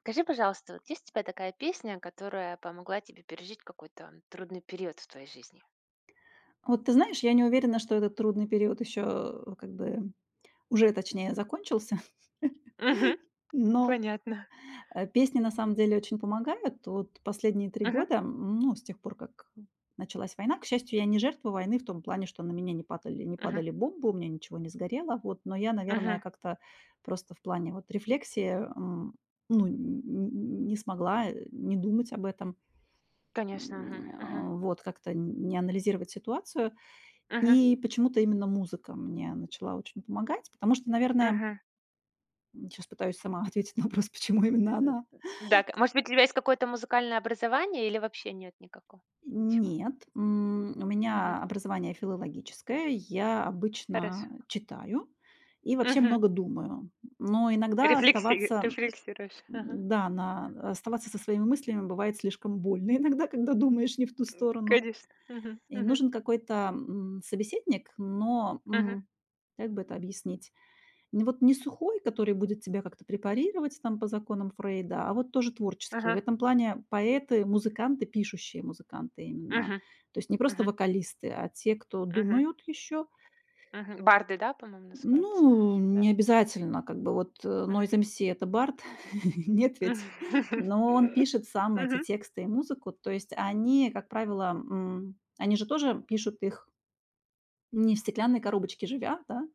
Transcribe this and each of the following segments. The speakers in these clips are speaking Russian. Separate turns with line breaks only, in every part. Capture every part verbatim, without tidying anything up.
Скажи, пожалуйста, вот есть у тебя такая песня, которая помогла тебе пережить какой-то трудный период в твоей жизни?
Вот ты знаешь, я не уверена, что этот трудный период еще, как бы, уже, точнее, закончился.
Мгм.
Но,
Понятно.
э, песни на самом деле очень помогают. Вот последние три
Мгм.
года, м, ну, с тех пор, как началась война. К счастью, я не жертва войны в том плане, что на меня не падали не
Мгм.
падали бомбы, у меня ничего не сгорело, вот. Но я, наверное,
Мгм.
как-то просто в плане вот рефлексии, м, ну, н н не смогла, э, не думать об этом,
Конечно. Мгм.
м,
Мгм.
а, вот, как-то не анализировать ситуацию.
Мгм.
И почему-то именно музыка мне начала очень помогать, потому что, наверное,
Мгм.
сейчас пытаюсь сама ответить на вопрос, почему именно
Н-
она.
Да, к- может быть, у тебя есть какое-то музыкальное образование или вообще нет никакого? Ничего.
Нет, м, у
Мгм.
меня образование филологическое, я
Хорошо.
обычно читаю и вообще
Мгм.
много думаю. Но иногда
Рефлекси-
оставаться,
Рефлексируешь. Ага.
да, на, оставаться со своими мыслями бывает слишком больно иногда, когда думаешь не в ту сторону.
Конечно. Мгм.
И
Мгм.
нужен какой-то м, собеседник, но
Мгм.
м, как бы это объяснить? Ну, вот не сухой, который будет тебя как-то препарировать там по законам Фрейда, а вот тоже творческий. В
Ага.
этом плане поэты, музыканты, пишущие музыканты именно.
Мгм.
То есть не просто
Мгм.
вокалисты, а те, кто
Мгм.
думают еще.
Мгм. Барды, да, по-моему, называются?
Ну,
Да.
не обязательно, как бы вот э,
Мгм.
Noise M C это Барт, нет ведь. Но он пишет сам эти
Мгм.
тексты и музыку. То есть они, как правило, м, они же тоже пишут их не в стеклянной коробочке живя, да.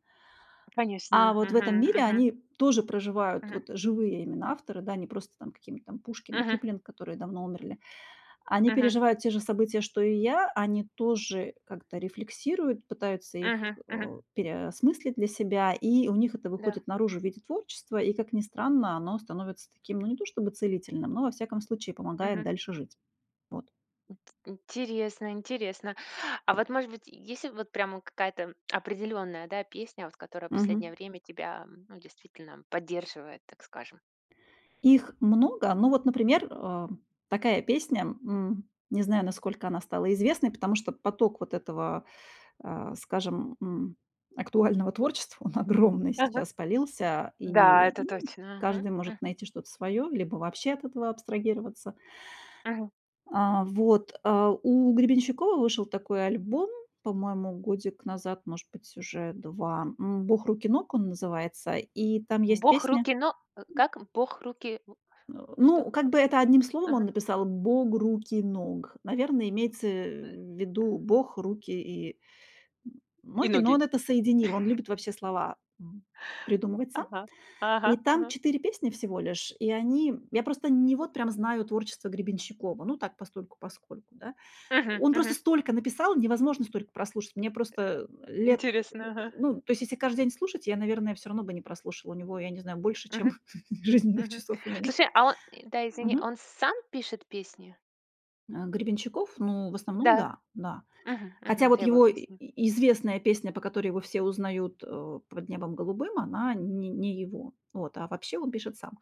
А
Конечно.
вот в
Мгм,
этом мире
мгм,
они тоже проживают,
мгм,
вот живые именно авторы, да, не просто там какие-нибудь там Пушкин и
мгм,
Киплинг, которые давно умерли. Они
мгм,
переживают те же события, что и я, они тоже как-то рефлексируют, пытаются
мгм,
их,
мгм.
э, переосмыслить для себя, и у них это
Да.
выходит наружу в виде творчества, и, как ни странно, оно становится таким, ну, не то чтобы целительным, но, во всяком случае, помогает
Мгм.
дальше жить. Вот.
Интересно, интересно. А вот, может быть, есть ли вот прямо какая-то определенная, да, песня, вот которая последнее
Мгм.
время тебя, м, ну, действительно поддерживает, так скажем?
Их много. Ну вот, например, э, такая песня, м, не знаю, насколько она стала известной, потому что поток вот этого, а, скажем, м, актуального творчества, он огромный
Ага.
сейчас полился,
Да,
и,
это
ну,
точно. Мгм,
каждый может
мгм,
найти что-то свое, либо вообще от этого абстрагироваться.
мгм.
А, вот, а, у Гребенщикова вышел такой альбом, по-моему, годик назад, может быть, уже два, м, "Бог, руки, ног" он называется, и там есть
Бог
песня.
руки, но э, как? Бог руки, в- что?
Ну, как бы это одним словом он
Ага.
написал: "Бог руки ног". Наверное, имеется в виду Бог, руки и
И
ноги, но
ноги.
он это соединил. Он любит вообще слова, м, придумывать сам.
Ага, ага,
И там
ага.
четыре песни всего лишь, и они я просто не вот прям знаю творчество Гребенщикова, ну так постольку-поскольку, да.
Мгм,
Он просто
мгм.
столько написал, невозможно столько прослушать. Мне просто лет,
Интересно, ага.
ну, то есть если каждый день слушать, я, наверное, все равно бы не прослушала у него, я не знаю, больше, чем
Мгм.
жизненных
Мгм.
часов у меня.
Слушай, а он э, да, извини,
Мгм.
он сам пишет песни?
А, Гребенщиков? Ну, в основном,
Да.
да, да.
Мгм,
Хотя
мгм. Это
вот
его
его и-
песни.
и- известная песня, по которой его все узнают э, «Под небом голубым», она не, не его. Вот, а вообще он пишет сам.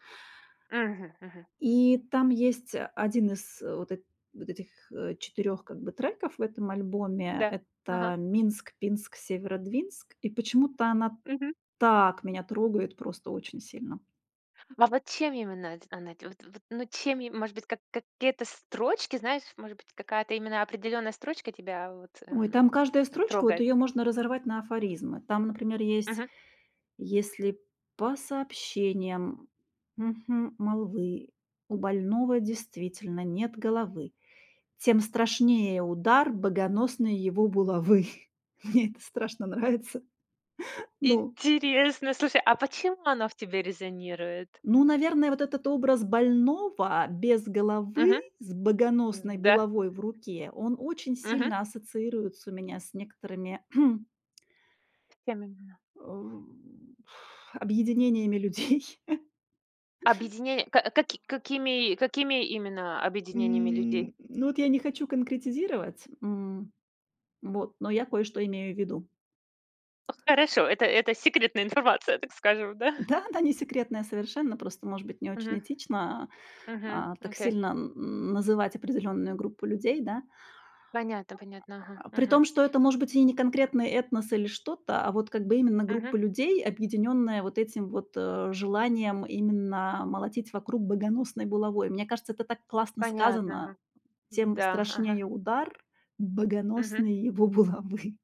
Мгм, мгм.
И там есть э, один из э, вот, эт- вот этих четырех как бы треков в этом альбоме.
Да. Ага.
Это «Минск, Пинск, Северодвинск». И почему-то она
Мгм.
так меня трогает просто очень сильно.
А вот чем именно д она т вот вот, ну, чем и может быть, как какие-то строчки, знаешь, может быть, какая-то именно определенная строчка тебя вот,
Ой, там
эм,
каждая строчка, вот
трогает?
ее можно разорвать на афоризмы. Там, например, есть:
Мгм.
«Если по сообщениям мгм, молвы у больного действительно нет головы, тем страшнее удар богоносной его булавы». Мне это страшно нравится. Ну,
Интересно, слушай, а почему оно в тебе резонирует?
ну, наверное, вот этот образ больного без головы,
Мгм.
с богоносной
Да.
булавой в руке, он очень
Мгм.
сильно ассоциируется у меня с некоторыми,
Чем именно?
м, объединениями людей.
Объединение ка каки какими какими именно объединениями людей?
М, ну, вот я не хочу конкретизировать, м, вот, но я кое-что имею в виду.
Хорошо, это это секретная информация, так скажем, да?
Да, она не секретная совершенно, просто, может быть, не очень
Мгм,
этично,
мгм,
а, так
окей.
сильно н называть определенную группу людей, да.
Понятно понятно, ага,
А, при
мгм,
том, что это, может быть, и не конкретный этнос или что-то, а вот как бы именно
мгм,
группа людей, объединенная вот этим вот, э, желанием именно молотить вокруг богоносной булавой. Мне кажется, это так классно
понятно,
сказано:
ага.
"Тем
Да, ага,
страшнее удар
мгм,
богоносной его булавы".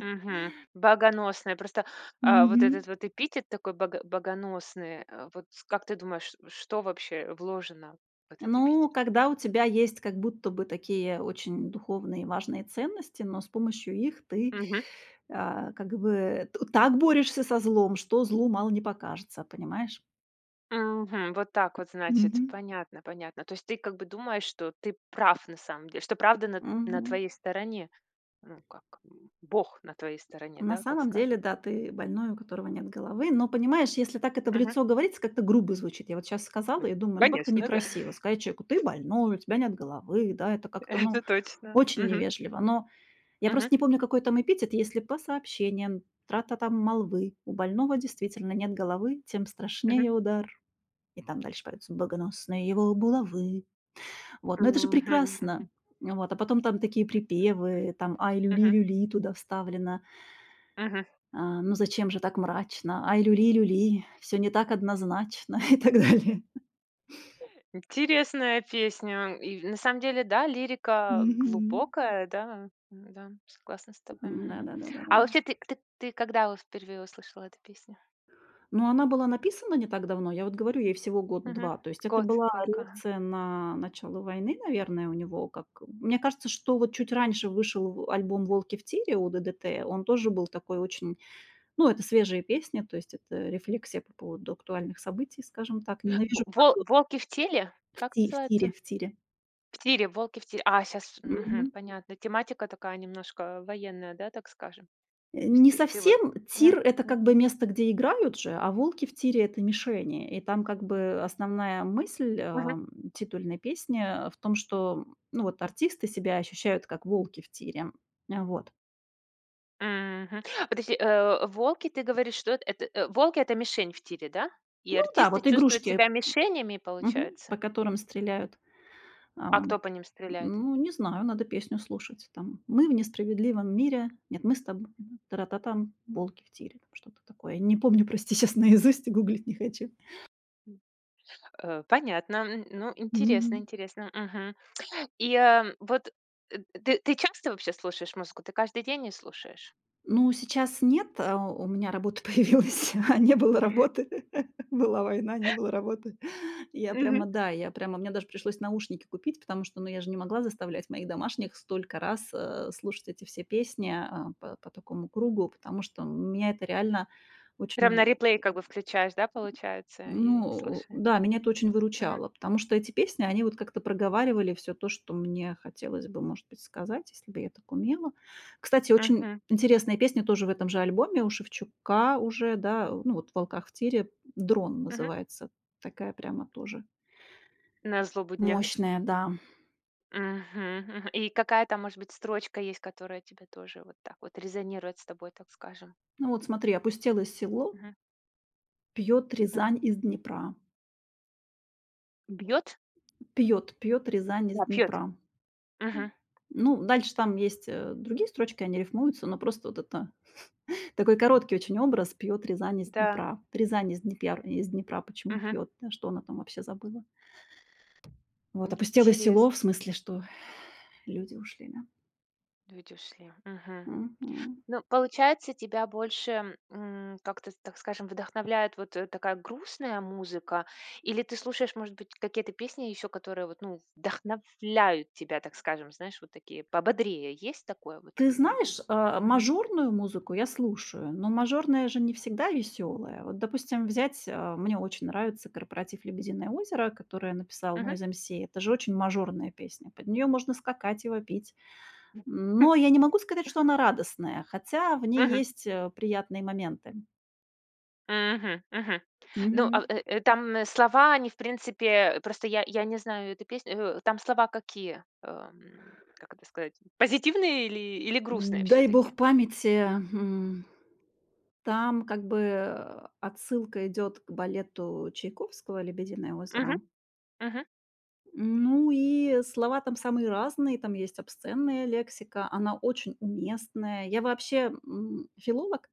мгм. Богоносная. Просто, а, вот этот
Мгм.
вот эпитет такой бого богоносный, э, вот с- как ты думаешь, что вообще вложено в этот
Ну,
эпитет?
когда у тебя есть как будто бы такие очень духовные и важные ценности, но с помощью их ты,
Мгм,
а, как бы т так борешься со злом, что злу мало не покажется, понимаешь?
мгм. Вот так вот, значит.
Мгм.
Понятно понятно. То есть ты как бы думаешь, что ты прав на самом деле, что правда на на
Мгм.
твоей стороне? Ну, как, м, Бог на твоей стороне,
На
да, так
самом деле,
скажем.
да, ты больной, у которого нет головы. Но понимаешь, если так это в
Мгм.
лицо говорится, как-то грубо звучит. Я вот сейчас сказала
Ну,
и думаю, ну, как-то
конечно, да,
некрасиво сказать человеку: "Ты больной, у тебя нет головы". Да, это как-то,
это
ну,
точно.
очень
Мгм.
невежливо. Но я просто
Мгм.
не помню, какой там эпитет. Если по сообщениям тра там молвы у больного действительно нет головы, тем
Мгм.
страшнее удар. И там дальше поются богоносные его булавы. Вот, но это же
Мгм. Мгм.
прекрасно. Вот, а потом там такие припевы, там «Ай, люли,
Мгм.
люли» туда вставлено.
Мгм.
А, ну зачем же так мрачно? «Ай, люли, люли», все не так однозначно и так далее.
Интересная песня. И на самом деле, да, лирика
Мгм.
глубокая, да, м, да, согласна с тобой.
М,
Мгм.
да-да-да-да-да.
А вообще, ты, ты, ты когда вот впервые услышала эту песню?
Но она была написана не так давно. Я вот говорю, ей всего
Мгм.
год-два. То есть это
Год
была
только. Ага.
реакция на начало войны, наверное, у него. Как мне кажется, что вот чуть раньше вышел альбом "Волки в тире" у ДДТ. Он тоже был такой очень, ну, это свежие песни, то есть это рефлексия по поводу актуальных событий, скажем так.
Во-
Ненавижу
вол-
фразу
волки в теле?
в,
Как
ти- в
называется?
тире, в тире.
В тире, «Волки в тире». А, сейчас
Мгм.
понятно. Тематика такая немножко военная, да, так скажем?
Э,
То есть
не
ты ты вот
совсем.
не
Тир — это
не
как бы место, где играют же, а волки в тире — это мишени. И там как бы основная мысль,
мгм,
ам, титульной песни, э, в том, что, ну, вот артисты себя ощущают как волки в тире. А, вот.
мгм. Подожди, э, «Волки», ты говоришь, что эт это, э, волки — это мишень в тире, да? И
Ну да,
артисты
вот
чувствуют себя
игрушки,
мишенями,
мгм,
получается?
по которым стреляют.
А кто
Ам,
по ним стреляет?
ну, не знаю, надо песню слушать. Там: "Мы в несправедливом мире". Нет, "Мы с тобой, тара-та-там, волки в тире". Там что-то такое. Не помню, прости, сейчас наизусть, и гуглить не хочу.
Э, понятно. М, ну, интересно
Мгм.
интересно. Мгм. И, э, вот, э, ты ты часто вообще слушаешь музыку? Ты каждый день не слушаешь?
Ну, сейчас нет, а, у меня работа появилась, а не было работы. Была война, не было работы. Я
Мгм.
прямо, да, я прямо, мне даже пришлось наушники купить, потому что, ну, я же не могла заставлять моих домашних столько раз э, слушать эти все песни а, по, по такому кругу, потому что меня это реально
Прям на
очень,
реплей как бы включаешь, да, получается, и
ну,
слушаешь?
да, меня это очень выручало, потому что эти песни, они вот как-то проговаривали все то, что мне хотелось бы, может быть, сказать, если бы я так умела. Кстати, очень
Мгм,
интересная песня тоже в этом же альбоме у Шевчука уже, да, ну, вот в "Волках в тире", "Дрон"
мгм.
называется. Такая прямо тоже
На злобу дня.
мощная, да.
Мгм, мгм. И какая-то, может быть, строчка есть, которая тебе тоже вот так вот резонирует с тобой, так скажем?
Ну вот смотри: "Опустелое село,
Мгм,
пьет
мгм.
Рязань из Днепра,
Бьет?
пьет, пьет Рязань из
А, пьет.
Днепра".
Мгм.
Ну, дальше там есть, э, другие строчки, они рифмуются, но просто вот это такой короткий очень образ: пьет Рязань из
Да.
Днепра. Рязань из Днепер из Днепра почему
Мгм.
пьет? Да, что она там вообще забыла? Вот, опустелое село,
Интересно,
в смысле, что люди ушли, да.
видишь ли. Мгм.
Мгм.
Ну, получается, тебя больше, м, как-то, так скажем, вдохновляет вот, э, такая грустная музыка, или ты слушаешь, может быть, какие-то песни еще, которые вот, ну, вдохновляют тебя, так скажем, знаешь, вот такие пободрее? Есть такое вот
Ты
или
знаешь, э,
мгм,
мажорную музыку я слушаю, но мажорная же не всегда веселая. Вот, допустим, взять, э, мне очень нравится корпоратив "Лебединое озеро", которое написал
мгм.
Noise M C. Это же очень мажорная песня. Под нее можно скакать и вопить. Но я не могу сказать, что она радостная, хотя в ней
Мгм,
есть, э, приятные моменты.
мгм, мгм. Ну,
Мгм.
а, э, э, там, э, слова, они, в принципе, э, просто я я не знаю эту песню, э, там слова какие? Эм, как это сказать? Позитивные или или грустные все
Дай бог
таки
памяти, м, там как бы, э, отсылка идет к балету Чайковского "Лебединое
мгм,
озеро".
мгм,
Ну и слова там самые разные, там есть обсценная лексика, она очень уместная. Я вообще, м, филолог,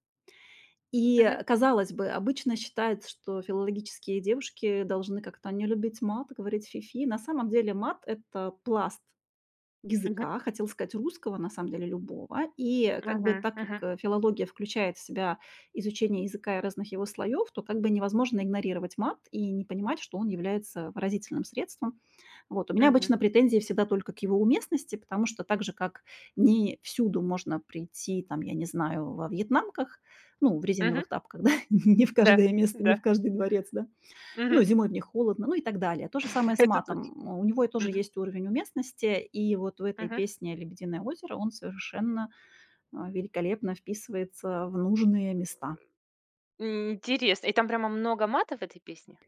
и,
мгм,
казалось бы, обычно считается, что филологические девушки должны как-то не любить мат, говорить фифи. На самом деле мат — это пласт
мгм,
языка, хотела сказать русского, на самом деле любого. И как бы
мгм,
так как,
мгм,
э, филология включает в себя изучение языка и разных его слоев, то как бы невозможно игнорировать мат и не понимать, что он является выразительным средством. Вот. У меня
мгм,
обычно претензии всегда только к его уместности, потому что так же, как не всюду можно прийти, там, я не знаю, во вьетнамках, ну, в
мгм.
резиновых тапках, да, не в
Да,
каждое место, не
да,
в каждый дворец, да,
мгм.
ну, зимой в них холодно, ну и так далее. То же самое с
Это точно.
матом. У него и тоже
Мгм,
есть уровень уместности, и вот в этой
мгм.
песне "Лебединое озеро" он совершенно, а, великолепно вписывается в нужные места.
Интересно. И там прямо много матов в этой песне?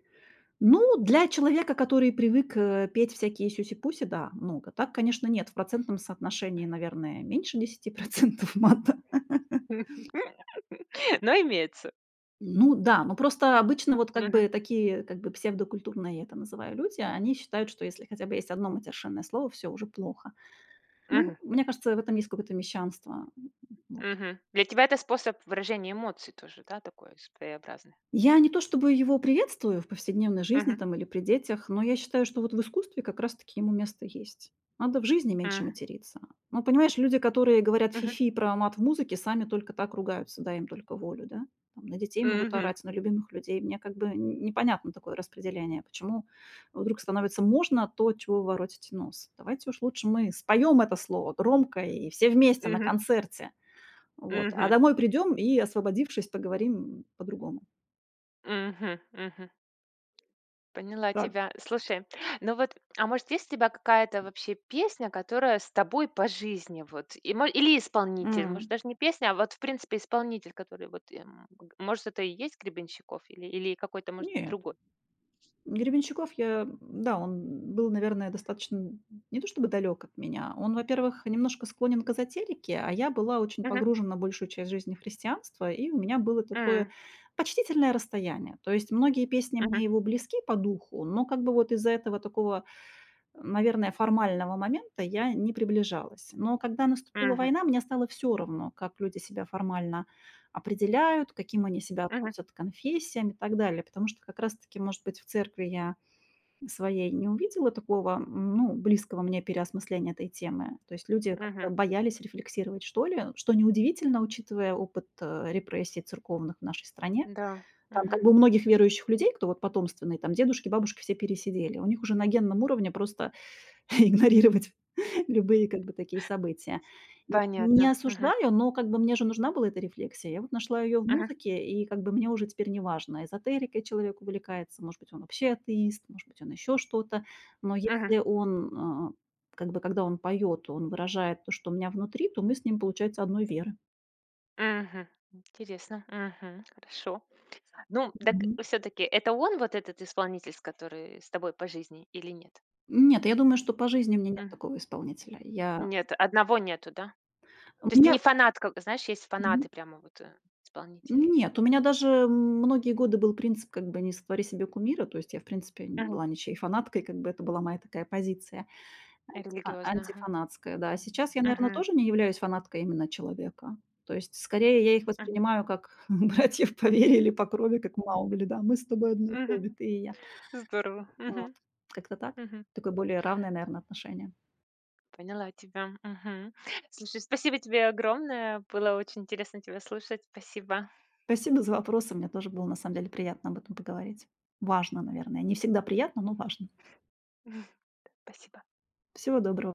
Ну, для человека, который привык, э, петь всякие сюси-пуси, да, много. Так, конечно, нет. В процентном соотношении, наверное, меньше десяти процентов мата.
Но имеется.
Ну да, ну просто обычно вот как
Мгм,
бы такие, как бы псевдокультурные, я это называю, люди, они считают, что если хотя бы есть одно матершинное слово, все уже плохо.
мгм,
Ну, мне кажется, в этом есть какое-то мещанство. Вот.
мгм. Для тебя это способ выражения эмоций тоже, да, такой своеобразный?
Я не то чтобы его приветствую в повседневной жизни
Мгм.
там или при детях, но я считаю, что вот в искусстве как раз-таки ему место есть. Надо в жизни меньше
М,
материться. Ну, понимаешь, люди, которые говорят
мгм,
фифи про мат в музыке, сами только так ругаются, дай им только волю, да? Там, на детей могут
мгм,
орать, на любимых людей. Мне как бы н- непонятно такое распределение. Почему вдруг становится можно то, от чего вы воротите нос? Давайте уж лучше мы споем это слово громко и все вместе на
мгм,
концерте. Вот. А
мгм,
домой придем и, освободившись, поговорим по-другому.
мгм, мгм. Поняла
Так.
тебя. Слушай, ну вот, а может, есть у тебя какая-то вообще песня, которая с тобой по жизни, вот, и, мо- или исполнитель, может,
М.
даже не песня, а вот, в принципе, исполнитель, который вот, эм, г- может, это и есть Гребенщиков, или, или какой-то, может,
Нет.
другой?
Гребенщиков, я, да, он был, наверное, достаточно не то чтобы далек от меня. Он, во-первых, немножко склонен к эзотерике, а я была очень
Мгм,
погружена большую часть жизни в христианство, и у меня было
м,
такое почтительное расстояние. То есть многие песни
мгм,
мне его близки по духу, но как бы вот из-за этого такого, наверное, формального момента я не приближалась. Но когда наступила
мгм,
война, мне стало все равно, как люди себя формально определяют, каким они себя
мгм,
относят к конфессиям и так далее. Потому что как раз-таки, может быть, в церкви я своей не увидела такого, м, ну, близкого мне переосмысления этой темы. То есть люди
мгм.
как-то боялись рефлексировать, что ли, что неудивительно, учитывая опыт, э, репрессий церковных в нашей стране.
Да,
Там
мгм.
как бы у многих верующих людей, кто вот потомственные, там дедушки, бабушки все пересидели, у них уже на генном уровне просто игнорировать любые как бы такие события. Н не
Понятно. Мгм,
осуждаю, но как бы мне же нужна была эта рефлексия. Я вот нашла ее в
мгм,
музыке, и как бы мне уже теперь не важно, эзотерикой человек увлекается, может быть, он вообще атеист, может быть, он еще что-то. Но
мгм,
если он, а, как бы когда он поет, он выражает то, что у меня внутри, то мы с ним, получается, одной веры.
мгм. Интересно. Мгм. Хорошо. Ну, так
Мгм.
все таки это он, вот этот исполнитель, с который с тобой по жизни или нет?
Нет, я думаю, что по жизни у меня нет
Мгм.
такого исполнителя. Я
Нет, одного нету, да?
у
То есть ты не
меня
фанатка, знаешь, есть фанаты
мгм.
прямо вот, э, исполнителей.
Нет, у меня даже многие годы был принцип как бы не сотвори себе кумира, то есть я, в принципе, не
Мгм.
была ничьей фанаткой, как бы это была моя такая позиция антифа
Религиозно, ага.
антифанатская, да. а Сейчас я, наверное,
Мгм.
тоже не являюсь фанаткой именно человека. То есть скорее я их
Мгм.
воспринимаю как братьев по вере или по крови, как Маугли, да. Мы с тобой одной крови,
Мгм.
ты и я.
Здорово.
Вот,
Мгм.
как-то так.
Мгм.
Такое более равное, наверное, отношение.
Поняла тебя. Мгм. Слушай, спасибо тебе огромное. Было очень интересно тебя слушать. Спасибо.
Спасибо за вопросы. Мне тоже было на самом деле приятно об этом поговорить. Важно, наверное. Не всегда приятно, но важно.
Спасибо.
Всего доброго.